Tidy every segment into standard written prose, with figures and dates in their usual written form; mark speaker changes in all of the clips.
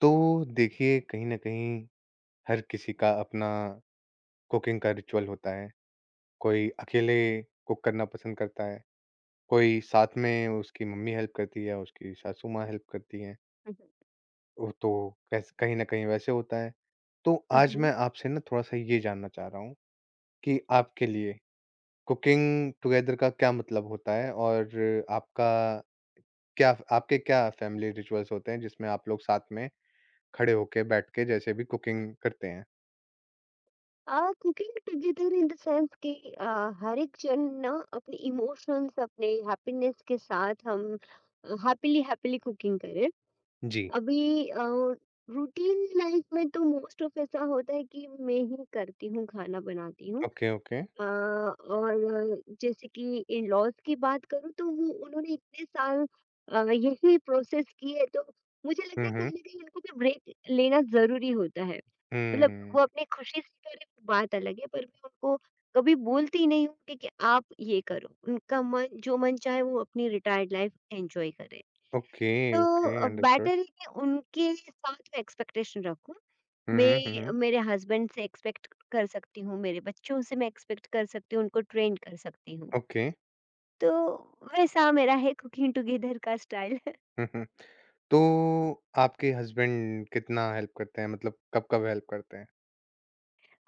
Speaker 1: तो देखिए कहीं न कहीं हर किसी का अपना कुकिंग का रिचुअल होता है। कोई अकेले कुक करना पसंद करता है, कोई साथ में उसकी मम्मी हेल्प करती है, उसकी सासू माँ हेल्प करती हैं।
Speaker 2: मम्,
Speaker 1: वो तो कैस कहीं न कहीं वैसे होता है। तो आज
Speaker 2: मम्।
Speaker 1: मैं आपसे ना थोड़ा-सा ये जानना चाह रहा हूँ कि आपके लिए कुकिंग टुगेदर का क्या मतलब होता है? और आपका क्या आपके क्या फैमिली रिचुअल्स होते हैं जिसमें आप लोग साथ में खड़े होके बैठ के जैसे भी कुकिंग करते हैं?
Speaker 2: Ah cooking together in the sense कि हर एक जन ना अपने इमोशंस अपने हैप्पीनेस के साथ हम हैप्पीली हैप्पीली कुकिंग करें।
Speaker 1: जी।
Speaker 2: अभी रूटीन लाइफ में तो मोस्ट ऑफ ऐसा होता है कि मैं ही करती हूँ खाना बनाती हूँ।
Speaker 1: Okay, okay.
Speaker 2: और जैसे कि इन-लॉज़ की बात करूँ तो वो उन्होंने इतने साल यही प्रोसेस किए तो मुझे लगता
Speaker 1: हुँ,
Speaker 2: है
Speaker 1: हुँ।
Speaker 2: कहीं न कहीं उनको भी ब्रेक लेना ज़रूरी होता है। मतलब
Speaker 1: हुँ।
Speaker 2: वो अपनी खुशी से करें वो बात अलग है पर मैं उनको कभी बोलती नहीं हूँ कि आप ये करो। उनका मन जो मन चाहे वो अपनी रिटायर्ड लाइफ़ एन्जॉय करें।
Speaker 1: ओके,
Speaker 2: तो
Speaker 1: ओके अंडरस्टूड।
Speaker 2: बेटर है कि उनके साथ मैं एक्सपेक्टेशन रखूँ।
Speaker 1: हुँ, हुँ, हुँ, हुँ।
Speaker 2: मैं मेरे हस्बैंड से एक्सपेक्ट कर सकती हूँ, मेरे बच्चों से मैं एक्सपेक्ट कर सकती हूँ, उनको ट्रेन कर सकती हूँ।
Speaker 1: ओके।
Speaker 2: तो वैसा मेरा है कुकिंग टुगेदर का स्टाइल।
Speaker 1: हुँ, हुँ। तो आपके हस्बैंड कितना हेल्प करते हैं? मतलब कब-कब हेल्प करते हैं?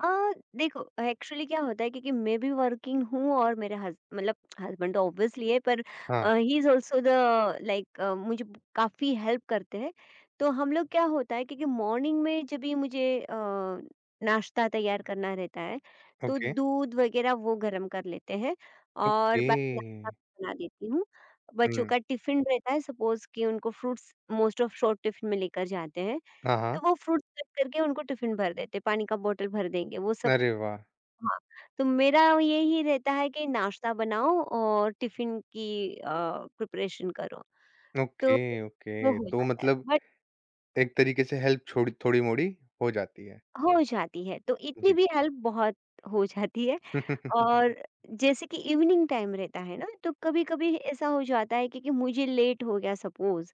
Speaker 2: अ, देखो एक्चुअली क्या होता है क्योंकि मैं भी वर्किंग हूँ और मेरे हस मतलब हस्बैंड तो ऑब्वियसली है पर
Speaker 1: हाँ,
Speaker 2: he is also the like मुझे काफी हेल्प करते हैं। तो हम लोग क्या होता है क्योंकि मॉर्निंग में जब भी मुझे नाश्ता तैयार करना रहता है तो
Speaker 1: ओके,
Speaker 2: दूध वगैरह वो गर्म कर लेते हैं और
Speaker 1: ओके।
Speaker 2: बाकी नाश्ता बना देती हूँ। बच्चों
Speaker 1: हुँ।
Speaker 2: का टिफिन रहता है सपोज कि उनको fruits most of short tiffin में लेकर जाते हैं
Speaker 1: हाँ, हाँ।
Speaker 2: तो वो फ्रूट्स कट करके उनको टिफ़िन भर देते, पानी का बॉटल भर देंगे, वो सब।
Speaker 1: अरे वाह!
Speaker 2: हाँ, तो मेरा यही रहता है कि नाश्ता बनाओ और टिफ़िन की प्रिपरेशन करो, तो
Speaker 1: ओके,
Speaker 2: वो
Speaker 1: ओके।
Speaker 2: हो
Speaker 1: तो
Speaker 2: जाता है,
Speaker 1: मतलब
Speaker 2: बट
Speaker 1: एक तरीके से हेल्प छोड़ी थोड़ी-मोड़ी हो जाती है।
Speaker 2: हो जाती है, तो इतनी
Speaker 1: जी।
Speaker 2: भी हेल्प बहुत हो जाती है। और जैसे कि इवनिंग टाइम रहता है ना, तो कभी-कभी ऐसा हो जाता है कि मुझे लेट हो गया सपोज़,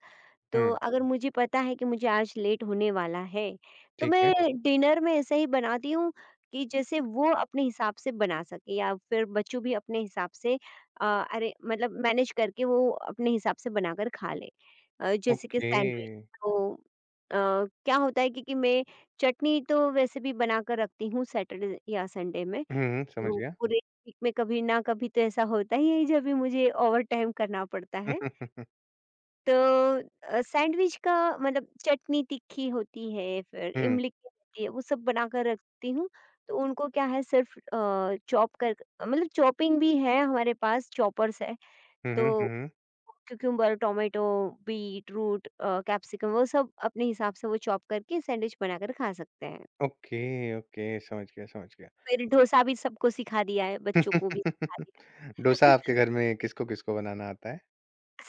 Speaker 2: तो
Speaker 1: हुँ,
Speaker 2: अगर मुझे पता है कि मुझे आज लेट होने वाला है, तो
Speaker 1: ठीक है।
Speaker 2: मैं डिनर में ऐसे ही बनाती हूँ कि जैसे वो अपने हिसाब से बना सके या फिर बच्चों भी अपने हिसाब से अ, अरे मतलब मैनेज करके वो अपने हिसाब से बनाकर खा लें। जैसे कि
Speaker 1: ओके।
Speaker 2: सैंडविच तो क्या होता है कि मैं चटनी तो वैसे भी बनाकर रखती हूँ सैटरडे या संडे में।
Speaker 1: हुँ, हुँ, समझ
Speaker 2: वो
Speaker 1: गया।
Speaker 2: पूरे वीक में कभी ना कभी तो ऐसा होता ही है जब भी मुझे ओवरटाइम करना पड़ता है। तो सैंडविच का मतलब चटनी तीखी होती है फिर
Speaker 1: हुँ,
Speaker 2: इमली की होती है वो सब बना कर रखती हूँ। तो उनको क्या है सिर्फ चॉप कर मतलब चॉपिंग भी है हमारे पास चॉपर्स है।
Speaker 1: हुँ, हुँ,
Speaker 2: तो
Speaker 1: हुँ। हुँ, हुँ, हुँ, हुँ।
Speaker 2: Cucumber tomato beetroot capsicum वो सब अपने हिसाब से वो चॉप करके सैंडविच बनाकर खा सकते हैं।
Speaker 1: ओके, ओके समझ गया, समझ गया।
Speaker 2: फिर डोसा भी सबको सिखा दिया है बच्चों को भी सिखा दिया
Speaker 1: डोसा
Speaker 2: है।
Speaker 1: आपके घर में किसको-किसको बनाना आता है?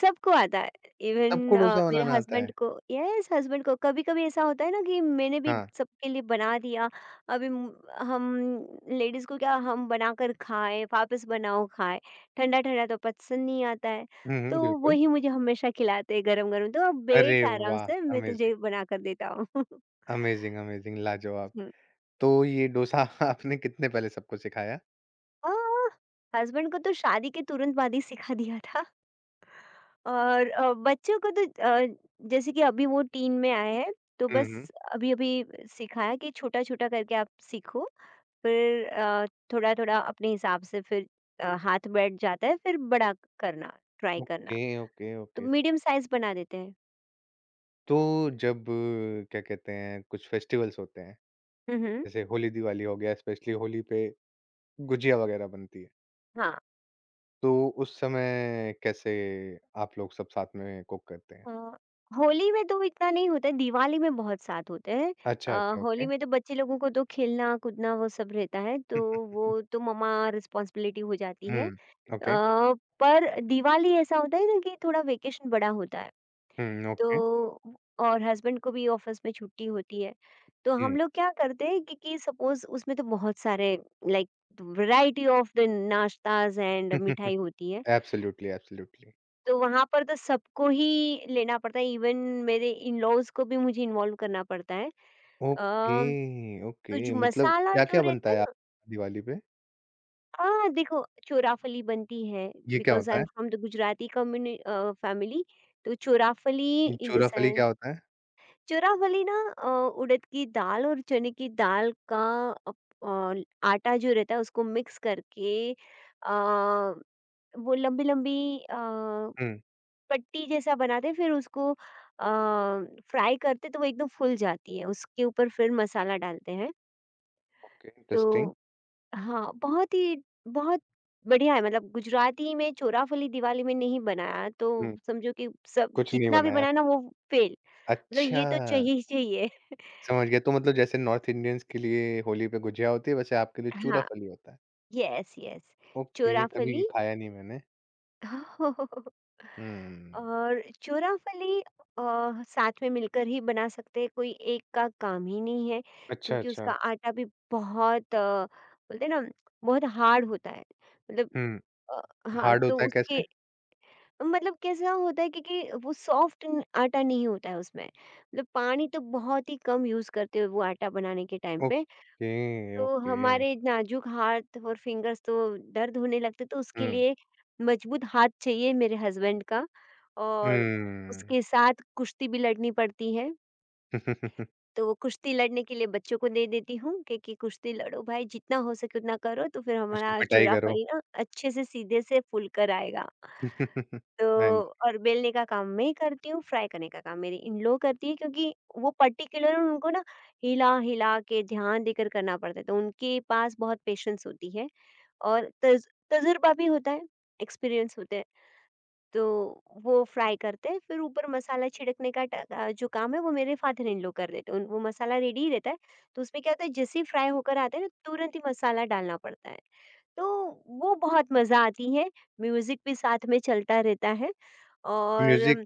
Speaker 2: सबको आता है। इवन
Speaker 1: सबको डोसा
Speaker 2: मेरे
Speaker 1: बनाना आता है?
Speaker 2: हस्बैंड को यस हस्बैंड को कभी-कभी ऐसा होता है ना कि मैंने भी
Speaker 1: हाँ।
Speaker 2: सबके लिए बना दिया। अभी म हम लेडीज़ को क्या हम बनाकर खाएँ, वापस बनाओ खाएँ, ठंडा-ठंडा तो पसंद नहीं आता है।
Speaker 1: हुँ, हुँ,
Speaker 2: तो
Speaker 1: बिल्कुल।
Speaker 2: वही मुझे हमेशा खिलाते हैं गरम-गरम, तो अब
Speaker 1: अरे
Speaker 2: बैठ आराम
Speaker 1: वाह!
Speaker 2: से मैं
Speaker 1: अमेज़िंग,
Speaker 2: तुझे बनाकर देता हूँ।
Speaker 1: अमेज़िंग, अमेज़िंग, लाजवाब!
Speaker 2: हुँ।
Speaker 1: तो ये डोसा आपने कितने पहले सबको सिखाया?
Speaker 2: अ, हस्बैंड को तो शादी के तुरंत बाद ही सिखा दिया था। और बच्चों को तो जैसे कि अभी वो टीन में आए हैं तो
Speaker 1: हुँ, हुँ।
Speaker 2: बस अभी-अभी सिखाया कि छोटा-छोटा करके आप सीखो, फिर थोड़ा-थोड़ा अपने हिसाब से फिर हाथ बैठ जाता है, फिर बड़ा करना, ट्राई करना,
Speaker 1: ओके, ओके,
Speaker 2: तो
Speaker 1: ओके।
Speaker 2: मीडियम साइज़ बना देते हैं।
Speaker 1: तो जब क्या कहते हैं कुछ फेस्टिवल्स होते हैं,
Speaker 2: हुँ, हुँ।
Speaker 1: जैसे होली, दिवाली हो गया, स्पेशली होली पे गुजिया वगैरह बनती है,
Speaker 2: हाँ,
Speaker 1: तो उस समय कैसे आप लोग सब साथ में कुक करते हैं?
Speaker 2: अ, होली में तो इतना नहीं होता है, दिवाली में बहुत साथ होते हैं।
Speaker 1: अच्छा,
Speaker 2: अ,
Speaker 1: अच्छा,
Speaker 2: होली
Speaker 1: ओके।
Speaker 2: में तो बच्चे लोगों को तो खेलना-कूदना वो सब रहता है, तो वो तो मम्मा रिस्पॉन्सिबिलिटी हो जाती है।
Speaker 1: Mm.
Speaker 2: अ,
Speaker 1: Okay.
Speaker 2: पर दिवाली ऐसा होता है ना कि थोड़ा वेकेशन बड़ा होता है
Speaker 1: Mm, ओके।
Speaker 2: तो और हस्बैंड को भी ऑफिस में छुट्टी होती है तो हम
Speaker 1: हुँ।
Speaker 2: लोग क्या करते हैं कि सपोज उसमें तो बहुत सारे लाइक वैरायटी ऑफ द नाश्ताज एंड मिठाई होती है।
Speaker 1: Absolutely, absolutely.
Speaker 2: तो वहां पर तो सबको ही लेना पड़ता है इवन मेरे इन लॉज को भी मुझे इन्वॉल्व करना पड़ता है। अ,
Speaker 1: ओके,
Speaker 2: तो
Speaker 1: ओके
Speaker 2: जो
Speaker 1: मतलब
Speaker 2: मसाला जो
Speaker 1: क्या-क्या बनता
Speaker 2: रहता
Speaker 1: है
Speaker 2: है
Speaker 1: आपकी दिवाली पे?
Speaker 2: हाँ, देखो चोराफली बनती है
Speaker 1: ये क्या
Speaker 2: बिकॉज़ आई
Speaker 1: होता
Speaker 2: एम
Speaker 1: है?
Speaker 2: From the Gujarati family. तो चोराफली इन द
Speaker 1: चूरा-फली
Speaker 2: सेंस
Speaker 1: क्या होता है?
Speaker 2: चोराफली ना उड़द की दाल और चने की दाल का अप आटा जो रहता है उसको मिक्स करके अ, वो लंबी-लंबी अ,
Speaker 1: हुँ,
Speaker 2: पट्टी जैसा बनाते हैं फिर उसको फ्राई करते तो वो एकदम फूल जाती है। उसके ऊपर फिर मसाला डालते हैं।
Speaker 1: ओके
Speaker 2: तो
Speaker 1: इंटरेस्टिंग।
Speaker 2: हाँ, बहुत ही बहुत बढ़िया है मतलब गुजराती में चोराफली दिवाली में नहीं बनाया तो
Speaker 1: हुँ,
Speaker 2: समझो कि सब
Speaker 1: कुछ नहीं
Speaker 2: जितना भी
Speaker 1: बनाया।
Speaker 2: बनाया ना वो फेल। मतलब
Speaker 1: अच्छा,
Speaker 2: ये तो चाहिए ही चाहिए।
Speaker 1: समझ गया। तो मतलब जैसे नॉर्थ इंडियंस के लिए होली पे गुझिया होती है, वैसे आपके लिए
Speaker 2: हाँ
Speaker 1: चूरा-फली होता है।
Speaker 2: यस यस
Speaker 1: ओके, कभी
Speaker 2: चोराफली।
Speaker 1: खाया नहीं मैंने। हुँ।
Speaker 2: और चोराफली साथ में मिलकर ही बना सकते हैं कोई एक का काम ही नहीं है
Speaker 1: अच्छा,
Speaker 2: क्योंकि उसका
Speaker 1: अच्छा।
Speaker 2: आटा भी बहुत बोलते हैं ना बहुत हार्ड होता है मतलब
Speaker 1: हुँ,
Speaker 2: अ, हाँ
Speaker 1: हार्ड
Speaker 2: तो
Speaker 1: होता है
Speaker 2: उसके
Speaker 1: कैसे?
Speaker 2: मतलब कैसा होता है क्योंकि वो सॉफ्ट आटा नहीं होता है उसमें मतलब पानी तो बहुत ही कम यूज करते हो वो आटा बनाने के टाइम पे।
Speaker 1: ओके,
Speaker 2: तो
Speaker 1: ओके।
Speaker 2: हमारे नाजुक हाथ और फिंगर्स तो दर्द होने लगते तो उसके
Speaker 1: हुँ।
Speaker 2: लिए मजबूत हाथ चाहिए मेरे हस्बैंड का और
Speaker 1: हुँ।
Speaker 2: उसके साथ कुश्ती भी लड़नी पड़ती है। तो वो कुश्ती लड़ने के लिए बच्चों को दे देती हूँ कि कुश्ती लड़ो भाई जितना हो सके उतना करो तो फिर
Speaker 1: उसकी
Speaker 2: हमारा
Speaker 1: पिटाई करो।
Speaker 2: चूराफड़ी ना अच्छे से सीधे से फूल कर आएगा। तो
Speaker 1: हाँ जी,
Speaker 2: और बेलने का काम मैं ही करती हूँ, फ्राई करने का काम मेरी इन लोग करती है क्योंकि वो पर्टिकुलर उनको ना हिला-हिला के ध्यान देकर करना पड़ता है, तो उनके पास बहुत पेशेंस होती है और तज तजुर्बा भी होता है, एक्सपीरियंस होते हैं। तो वो फ्राई करते हैं, फिर ऊपर मसाला छिड़कने का जो काम है वो मेरे फादर इन लॉ कर देते हैं। उन वो मसाला रेडी ही रहता है, तो उसमें क्या होता है जैसे ही फ्राई होकर आता है ना तुरंत ही मसाला डालना पड़ता है। तो वो बहुत मज़ा आती है, म्यूज़िक भी साथ में चलता रहता है।
Speaker 1: म्यूज़िक
Speaker 2: और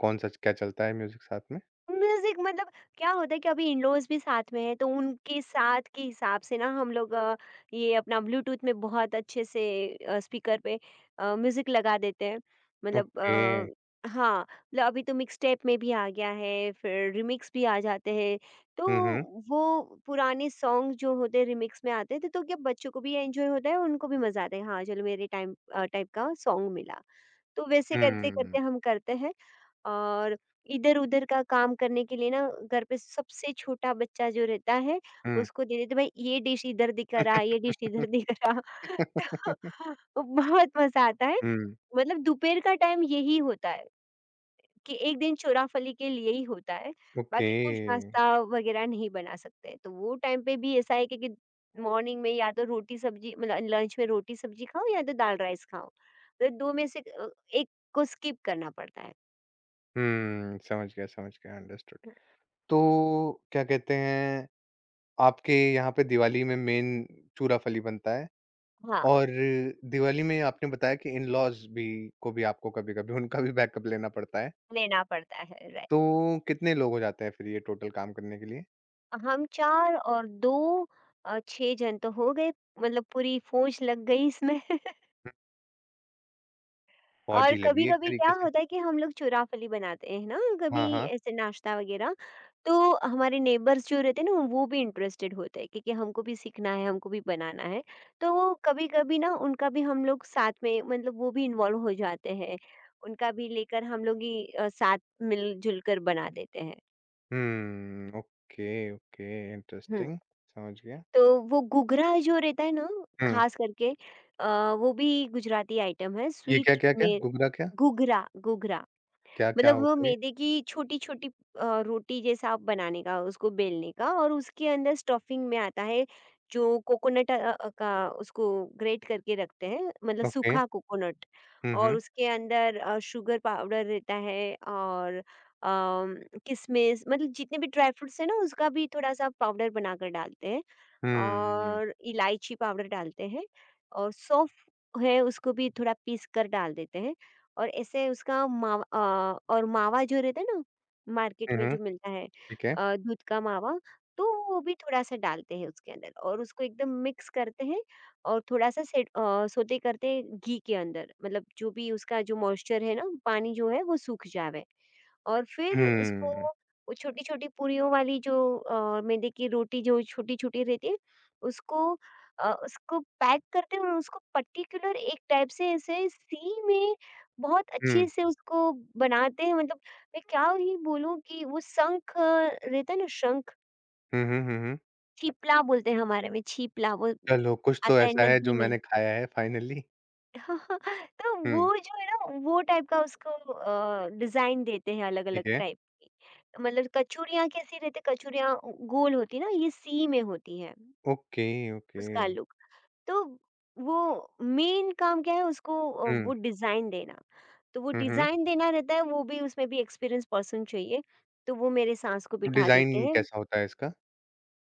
Speaker 1: कौन-सा क्या चलता है म्यूज़िक साथ में?
Speaker 2: म्यूज़िक मतलब क्या होता है कि अभी इन-लॉज़ भी साथ में हैं, तो उनके साथ के हिसाब से ना हम लोग ये अपना ब्लूटूथ में बहुत अच्छे से स्पीकर पे म्यूज़िक लगा देते हैं। मतलब
Speaker 1: ओके।
Speaker 2: हाँ, मतलब अभी तो मिक्सटेप में भी आ गया है, फिर रीमिक्स भी आ जाते हैं।
Speaker 1: हुँ,
Speaker 2: तो
Speaker 1: हुँ।
Speaker 2: वो पुराने सॉन्ग जो होते हैं रीमिक्स में आते थे, तो क्या बच्चों को भी एन्जॉय होता है और उनको भी मज़ा आता है, हाँ, चलो मेरे टाइप का सॉन्ग मिला। तो वैसे
Speaker 1: हुँ, हुँ।
Speaker 2: करते-करते हम करते हैं। और इधर-उधर का काम करने के लिए ना घर पे सबसे छोटा बच्चा जो रहता है उसको दे देते भाई ये डिश इधर दिख रहा है, ये डिश इधर दिख रहा।
Speaker 1: हुँ,
Speaker 2: तो बहुत मज़ा आता है। मतलब दोपहर का टाइम यही होता है कि एक दिन चोरा-फली के लिए ही होता है।
Speaker 1: ओके।
Speaker 2: बाकी कुछ नाश्ता वगैरह नहीं बना सकते। तो वो टाइम पे भी ऐसा है कि मॉर्निंग में या तो रोटी-सब्जी मतलब लंच में रोटी-सब्जी खाओ या तो दाल-राइस खाओ। तो 2 में से एक को स्किप करना पड़ता है।
Speaker 1: हुँ, समझ गया, अंडरस्टूड। तो क्या कहते हैं, आपके यहाँ पे दिवाली में मेन चूरा-फ़ली बनता है
Speaker 2: हाँ।
Speaker 1: और दिवाली में आपने बताया कि इन-लॉज़ भी को भी आपको कभी-कभी उनका भी बैकअप लेना पड़ता है।
Speaker 2: लेना पड़ता है, राइट।
Speaker 1: तो कितने लोग हो जाते हैं फिर ये टोटल काम करने के लिए?
Speaker 2: हम 4 और 2 6 जन तो हो गए, मतलब पूरी फौज लग गई इसमें।
Speaker 1: हुँ, फौज
Speaker 2: और
Speaker 1: ही लगी एक
Speaker 2: कभी-कभी क्या
Speaker 1: तरीके से।
Speaker 2: होता है कि हम लोग चूरा-फली बनाते हैं ना, कभी
Speaker 1: हाँ, हाँ।
Speaker 2: ऐसे नाश्ता वगैरह, तो हमारे नेबर्स जो रहते हैं ना, वो भी इंटरेस्टेड होते हैं क्योंकि हमको भी सीखना है, हमको भी बनाना है। तो वो कभी-कभी ना उनका भी हम लोग साथ में मतलब वो भी इन्वॉल्व हो जाते हैं, उनका भी लेकर हम लोग ही साथ मिल-जुल कर बना देते हैं।
Speaker 1: हुँ, ओके, ओके,
Speaker 2: हुँ।
Speaker 1: इंटरेस्टिंग समझ गया।
Speaker 2: तो वो घुघरा जो रहता है ना,
Speaker 1: हुँ,
Speaker 2: ख़ास करके वो भी गुजराती आइटम है,
Speaker 1: ये
Speaker 2: स्वीट
Speaker 1: क्या?
Speaker 2: में
Speaker 1: घुघरा क्या?
Speaker 2: घुघरा घुघरा।
Speaker 1: क्या
Speaker 2: मतलब वो
Speaker 1: होता है ये?
Speaker 2: मैदे की छोटी-छोटी रोटी जैसा आप बनाने का, उसको बेलने का और उसके अंदर स्टफिंग में आता है जो कोकोनट का उसको ग्रेट करके रखते हैं, मतलब
Speaker 1: ओके।
Speaker 2: सूखा कोकोनट।
Speaker 1: हुँ,
Speaker 2: और
Speaker 1: हुँ।
Speaker 2: उसके अंदर शुगर पाउडर रहता है और अम, किशमिश मतलब जितने भी ड्राई फ्रूट्स हैं ना, उसका भी थोड़ा-सा पाउडर बनाकर डालते हैं।
Speaker 1: हुँ,
Speaker 2: और इलायची पाउडर डालते हैं और सौंफ है, उसको भी थोड़ा पीस कर डाल देते हैं। और ऐसे उसका मावा, और मावा जो रहता है ना, मार्केट
Speaker 1: हुँ,
Speaker 2: में
Speaker 1: हुँ,
Speaker 2: जो मिलता है
Speaker 1: ठीक है।
Speaker 2: दूध का मावा। तो वो भी थोड़ा-सा डालते हैं उसके अंदर और उसको एकदम मिक्स करते हैं। और थोड़ा-सा सोते करते हैं घी के अंदर, मतलब जो भी उसका जो मॉइस्चर है ना, पानी जो है वो सूख जावे। और फिर उसको
Speaker 1: हुँ,
Speaker 2: वो छोटी-छोटी पूरियों वाली जो मैदे की रोटी जो छोटी-छोटी रहती है, उसको उसको पैक करते हैं और उसको पर्टिकुलर एक टाइप से ऐसे सी में बहुत
Speaker 1: हुँ,
Speaker 2: अच्छे से उसको बनाते हैं। मतलब मैं क्या ही बोलूँ कि वो शंख रहता है ना शंख,
Speaker 1: हुँ, हुँ, हुँ, हुँ।
Speaker 2: छिपला बोलते हैं हमारे में छिपला वो
Speaker 1: चलो, कुछ तो
Speaker 2: आता है
Speaker 1: ऐसा है जो
Speaker 2: नदी में।
Speaker 1: मैंने खाया है फाइनली।
Speaker 2: तो वो
Speaker 1: हुँ,
Speaker 2: जो है ना वो टाइप का उसको डिज़ाइन देते हैं अलग-अलग
Speaker 1: ठीक है।
Speaker 2: टाइप की। मतलब कचौड़ियाँ कैसी रहती है? कचौड़ियाँ गोल होती है ना, ये सी में होती है।
Speaker 1: Okay, okay.
Speaker 2: उसका लुक। तो वो मेन काम क्या है? उसको
Speaker 1: हुँ,
Speaker 2: वो डिज़ाइन देना। तो वो
Speaker 1: हुँ, हुँ।
Speaker 2: डिज़ाइन देना रहता है, वो भी, उसमें भी एक्सपीरियंस पर्सन चाहिए, तो वो मेरे सास को बिठा देते
Speaker 1: डिज़ाइन
Speaker 2: हैं।
Speaker 1: कैसा होता है इसका?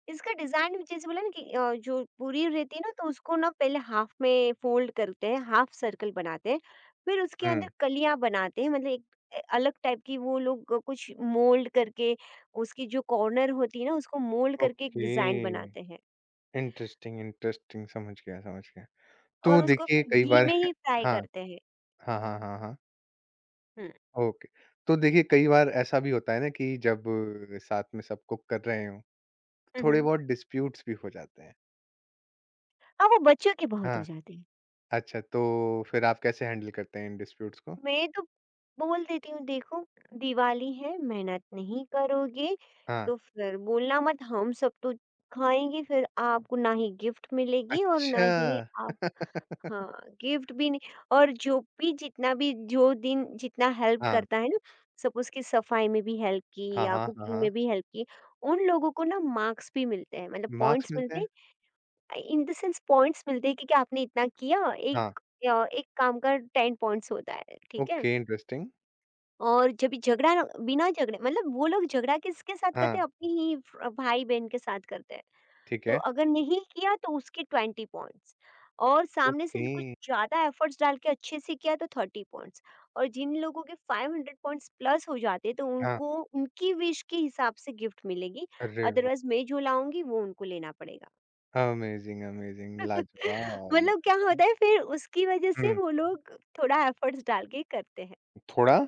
Speaker 2: इसका डिज़ाइन जैसे बोला ना कि जो पूरी रहती है ना, तो उसको ना पहले हाफ में फ़ोल्ड करते हैं, हाफ सर्कल बनाते हैं, फिर उसके अंदर
Speaker 1: हुँ,
Speaker 2: कलियाँ बनाते हैं, मतलब एक अलग टाइप की, वो लोग कुछ मोल्ड करके उसकी जो कॉर्नर होती है ना, उसको मोल्ड करके एक
Speaker 1: ओके।
Speaker 2: डिज़ाइन बनाते हैं
Speaker 1: इंटरेस्टिंग, इंटरेस्टिंग समझ गया, समझ गया। तो
Speaker 2: और उसको
Speaker 1: देखिए
Speaker 2: फिर
Speaker 1: कई
Speaker 2: घी
Speaker 1: बार
Speaker 2: में ही फ्राई
Speaker 1: हाँ,
Speaker 2: करते हैं।
Speaker 1: हाँ, हाँ, हाँ, हाँ।
Speaker 2: हुँ।
Speaker 1: ओके। तो देखिए कई बार ऐसा भी होता है ना कि जब साथ में सब कुक कर रहे हों,
Speaker 2: हुँ,
Speaker 1: थोड़े
Speaker 2: हुँ।
Speaker 1: बहुत डिस्प्यूट्स भी हो जाते हैं।
Speaker 2: हाँ, वो बच्चों की बहुत हो
Speaker 1: हाँ।
Speaker 2: जाती है।
Speaker 1: अच्छा तो फिर आप कैसे हैंडल करते हैं इन डिस्प्यूट्स को?
Speaker 2: मैं तो बोल देती हूँ, देखो दिवाली है, मेहनत नहीं करोगे
Speaker 1: हाँ।
Speaker 2: तो फिर बोलना मत, हम सब तो खाएँगे, फिर आपको ना ही गिफ्ट मिलेगी और ना ही
Speaker 1: अच्छा!
Speaker 2: आप। हाँ, गिफ्ट भी नहीं। और जो भी, जितना भी, जो दिन जितना हेल्प
Speaker 1: हाँ।
Speaker 2: करता है ना, सपोज़ कि सफाई में भी हेल्प की
Speaker 1: हाँ,
Speaker 2: या
Speaker 1: हाँ, हाँ,
Speaker 2: कुकिंग
Speaker 1: हाँ।
Speaker 2: में भी हेल्प की, उन लोगों को ना मार्क्स भी मिलते हैं, मतलब
Speaker 1: मार्क्स
Speaker 2: पॉइंट्स
Speaker 1: मिलते
Speaker 2: मिलते
Speaker 1: हैं?
Speaker 2: हैं। इन द सेंस पॉइंट्स मिलते हैं कि क्या आपने इतना किया।
Speaker 1: हाँ।
Speaker 2: एक एक काम का 10 पॉइंट्स होता है, ठीक है?
Speaker 1: Okay interesting.
Speaker 2: और जब ये झगड़ा ना, बिना झगड़े, मतलब वो लोग झगड़ा किसके साथ करते हैं?
Speaker 1: हाँ,
Speaker 2: अपनी ही फ भाई-बहन के साथ करते हैं।
Speaker 1: ठीक
Speaker 2: तो
Speaker 1: है।
Speaker 2: अगर नहीं किया तो उसके 20 पॉइंट्स, और सामने से
Speaker 1: ओके।
Speaker 2: कुछ ज़्यादा एफर्ट्स डाल के अच्छे से किया तो 30 पॉइंट्स, और जिन लोगों के 500 पॉइंट्स प्लस हो जाते हैं तो
Speaker 1: हाँ।
Speaker 2: उनको उनकी विश के हिसाब से गिफ्ट मिलेगी।
Speaker 1: अरे वाह!
Speaker 2: अदरवाइज़ मैं जो लाऊँगी वो उनको लेना पड़ेगा।
Speaker 1: अमेज़िंग, अमेज़िंग लाजवाब,
Speaker 2: मतलब क्या
Speaker 1: लाजवाब।
Speaker 2: होता है फिर उसकी वजह से
Speaker 1: हुँ।
Speaker 2: वो लोग थोड़ा एफर्ट्स डाल के करते हैं।
Speaker 1: थोड़ा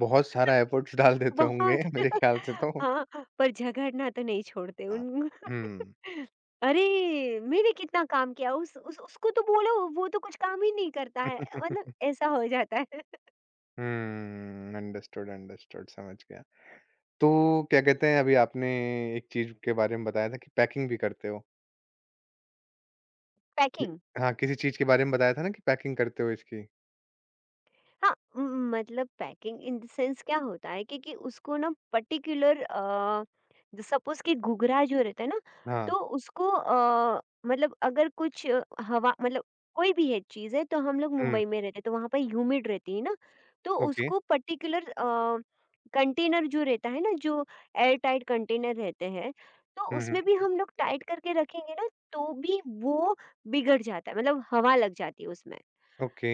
Speaker 1: बहुत सारा एफर्ट्स डाल देते होंगे
Speaker 2: बहुत
Speaker 1: मेरे ख्याल से तो।
Speaker 2: हाँ, पर झगड़ना तो नहीं छोड़ते
Speaker 1: हाँ।
Speaker 2: उन
Speaker 1: हुँ।
Speaker 2: अरे! मैंने कितना काम किया, उस उसको तो बोलो, वो तो कुछ काम ही नहीं करता है, मतलब ऐसा हो जाता है।
Speaker 1: हुँ, अंडरस्टूड, अंडरस्टूड समझ गया। तो क्या कहते हैं अभी आपने एक चीज़ के बारे में बताया था कि पैकिंग भी करते हो। कि
Speaker 2: पैकिंग।
Speaker 1: हाँ, किसी चीज़ के बारे में बताया था ना कि पैकिंग करते हो इसकी?
Speaker 2: हाँ, मतलब पैकिंग इन द सेंस क्या होता है कि उसको ना पर्टिक्युलर सपोज़ कि घुघरा जो रहता है ना,
Speaker 1: हाँ।
Speaker 2: तो उसको मतलब अगर कुछ हवा मतलब कोई भी है चीज़ है, तो हम लोग
Speaker 1: हुँ,
Speaker 2: मुंबई में रहते हैं, तो वहाँ पे ह्यूमिड रहती है ना, तो
Speaker 1: ओके।
Speaker 2: उसको पर्टिक्युलर कंटेनर जो रहता है ना, जो एयर टाइट कंटेनर रहते हैं, तो
Speaker 1: हुँ, हुँ,
Speaker 2: उसमें भी हम लोग टाइट करके रखेंगे ना, तो भी वो बिगड़ जाता है, मतलब हवा लग जाती है उसमें।
Speaker 1: ओके।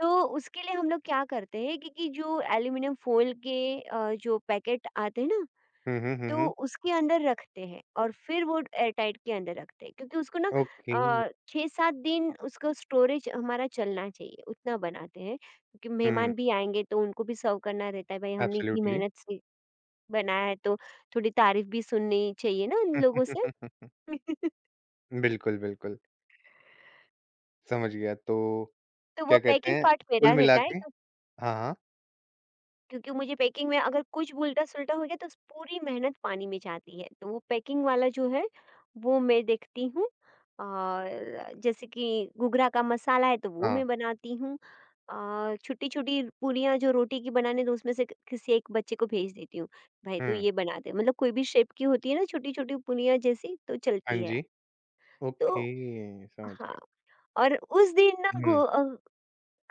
Speaker 2: तो उसके लिए हम लोग क्या करते हैं कि जो एल्युमिनियम फोil के जो पैकेट आते हैं ना,
Speaker 1: हुँ, हुँ, हुँ,
Speaker 2: तो
Speaker 1: हुँ,
Speaker 2: उसके अंदर रखते हैं और फिर वो एयरटाइट के अंदर रखते हैं, क्योंकि उसको ना
Speaker 1: ओके।
Speaker 2: 6-7 दिन उसका स्टोरेज हमारा चलना चाहिए, उतना बनाते हैं क्योंकि
Speaker 1: हुँ,
Speaker 2: मेहमान भी आएँगे तो उनको भी सर्व करना रहता है, भाई हमने इतनी
Speaker 1: एब्सोल्यूटली।
Speaker 2: मेहनत से बनाया है तो थोड़ी तारीफ़ भी सुननी चाहिए ना उन लोगों से।
Speaker 1: बिल्कुल, बिल्कुल, समझ गया। तो
Speaker 2: तो वो
Speaker 1: क्या कहते
Speaker 2: पैकिंग
Speaker 1: हैं
Speaker 2: पार्ट मेरा
Speaker 1: कुल मिला
Speaker 2: रहता है,
Speaker 1: के
Speaker 2: तो
Speaker 1: हाँ, हाँ,
Speaker 2: क्योंकि मुझे पैकिंग में अगर कुछ भी उल्टा-सुल्टा हो गया तो उस पूरी मेहनत पानी में जाती है, तो वो पैकिंग वाला जो है, वो मैं देखती हूँ। और जैसे कि घूघरा का मसाला है तो वो
Speaker 1: हाँ।
Speaker 2: मैं बनाती हूँ। छोटी-छोटी पूरियाँ जो रोटी की बनाने, तो उसमें से क किसी एक बच्चे को भेज देती हूँ, भाई तू
Speaker 1: हुँ,
Speaker 2: ये बना दे, मतलब कोई भी शेप की होती है ना, छोटी-छोटी पूरियाँ जैसी तो
Speaker 1: हाँ
Speaker 2: चलती है।
Speaker 1: जी।
Speaker 2: तो
Speaker 1: ओके, समझ
Speaker 2: हाँ,
Speaker 1: गया।
Speaker 2: और उस दिन ना
Speaker 1: हुँ,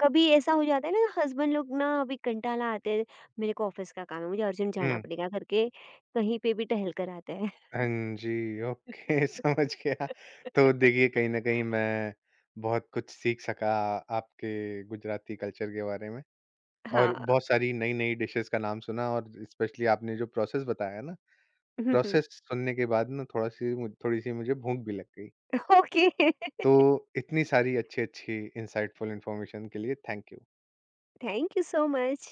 Speaker 2: कभी ऐसा हो जाता है ना, हस्बैंड लोग ना अभी कंटाला आते हैं, मेरे को ऑफिस का काम है, मुझे अर्जेंट जाना
Speaker 1: हुँ।
Speaker 2: पड़ेगा करके कहीं पे भी टहल कर आते हैं।
Speaker 1: हाँ जी, ओके समझ गया। तो देखिए कहीं न कहीं मैं बहुत कुछ सीख सका आपके गुजराती कल्चर के बारे में और
Speaker 2: हाँ।
Speaker 1: बहुत सारी नई-नई डिशेज़ का नाम सुना और स्पेशली आपने जो प्रोसेस बताया ना, प्रोसेस सुनने के बाद ना थोड़ा-सी मु थोड़ी-सी मुझे भूख भी लग गई।
Speaker 2: ओके,
Speaker 1: तो इतनी सारी अच्छी-अच्छी इनसाइटफुल इन्फॉर्मेशन के लिए thank you.
Speaker 2: Thank you so much.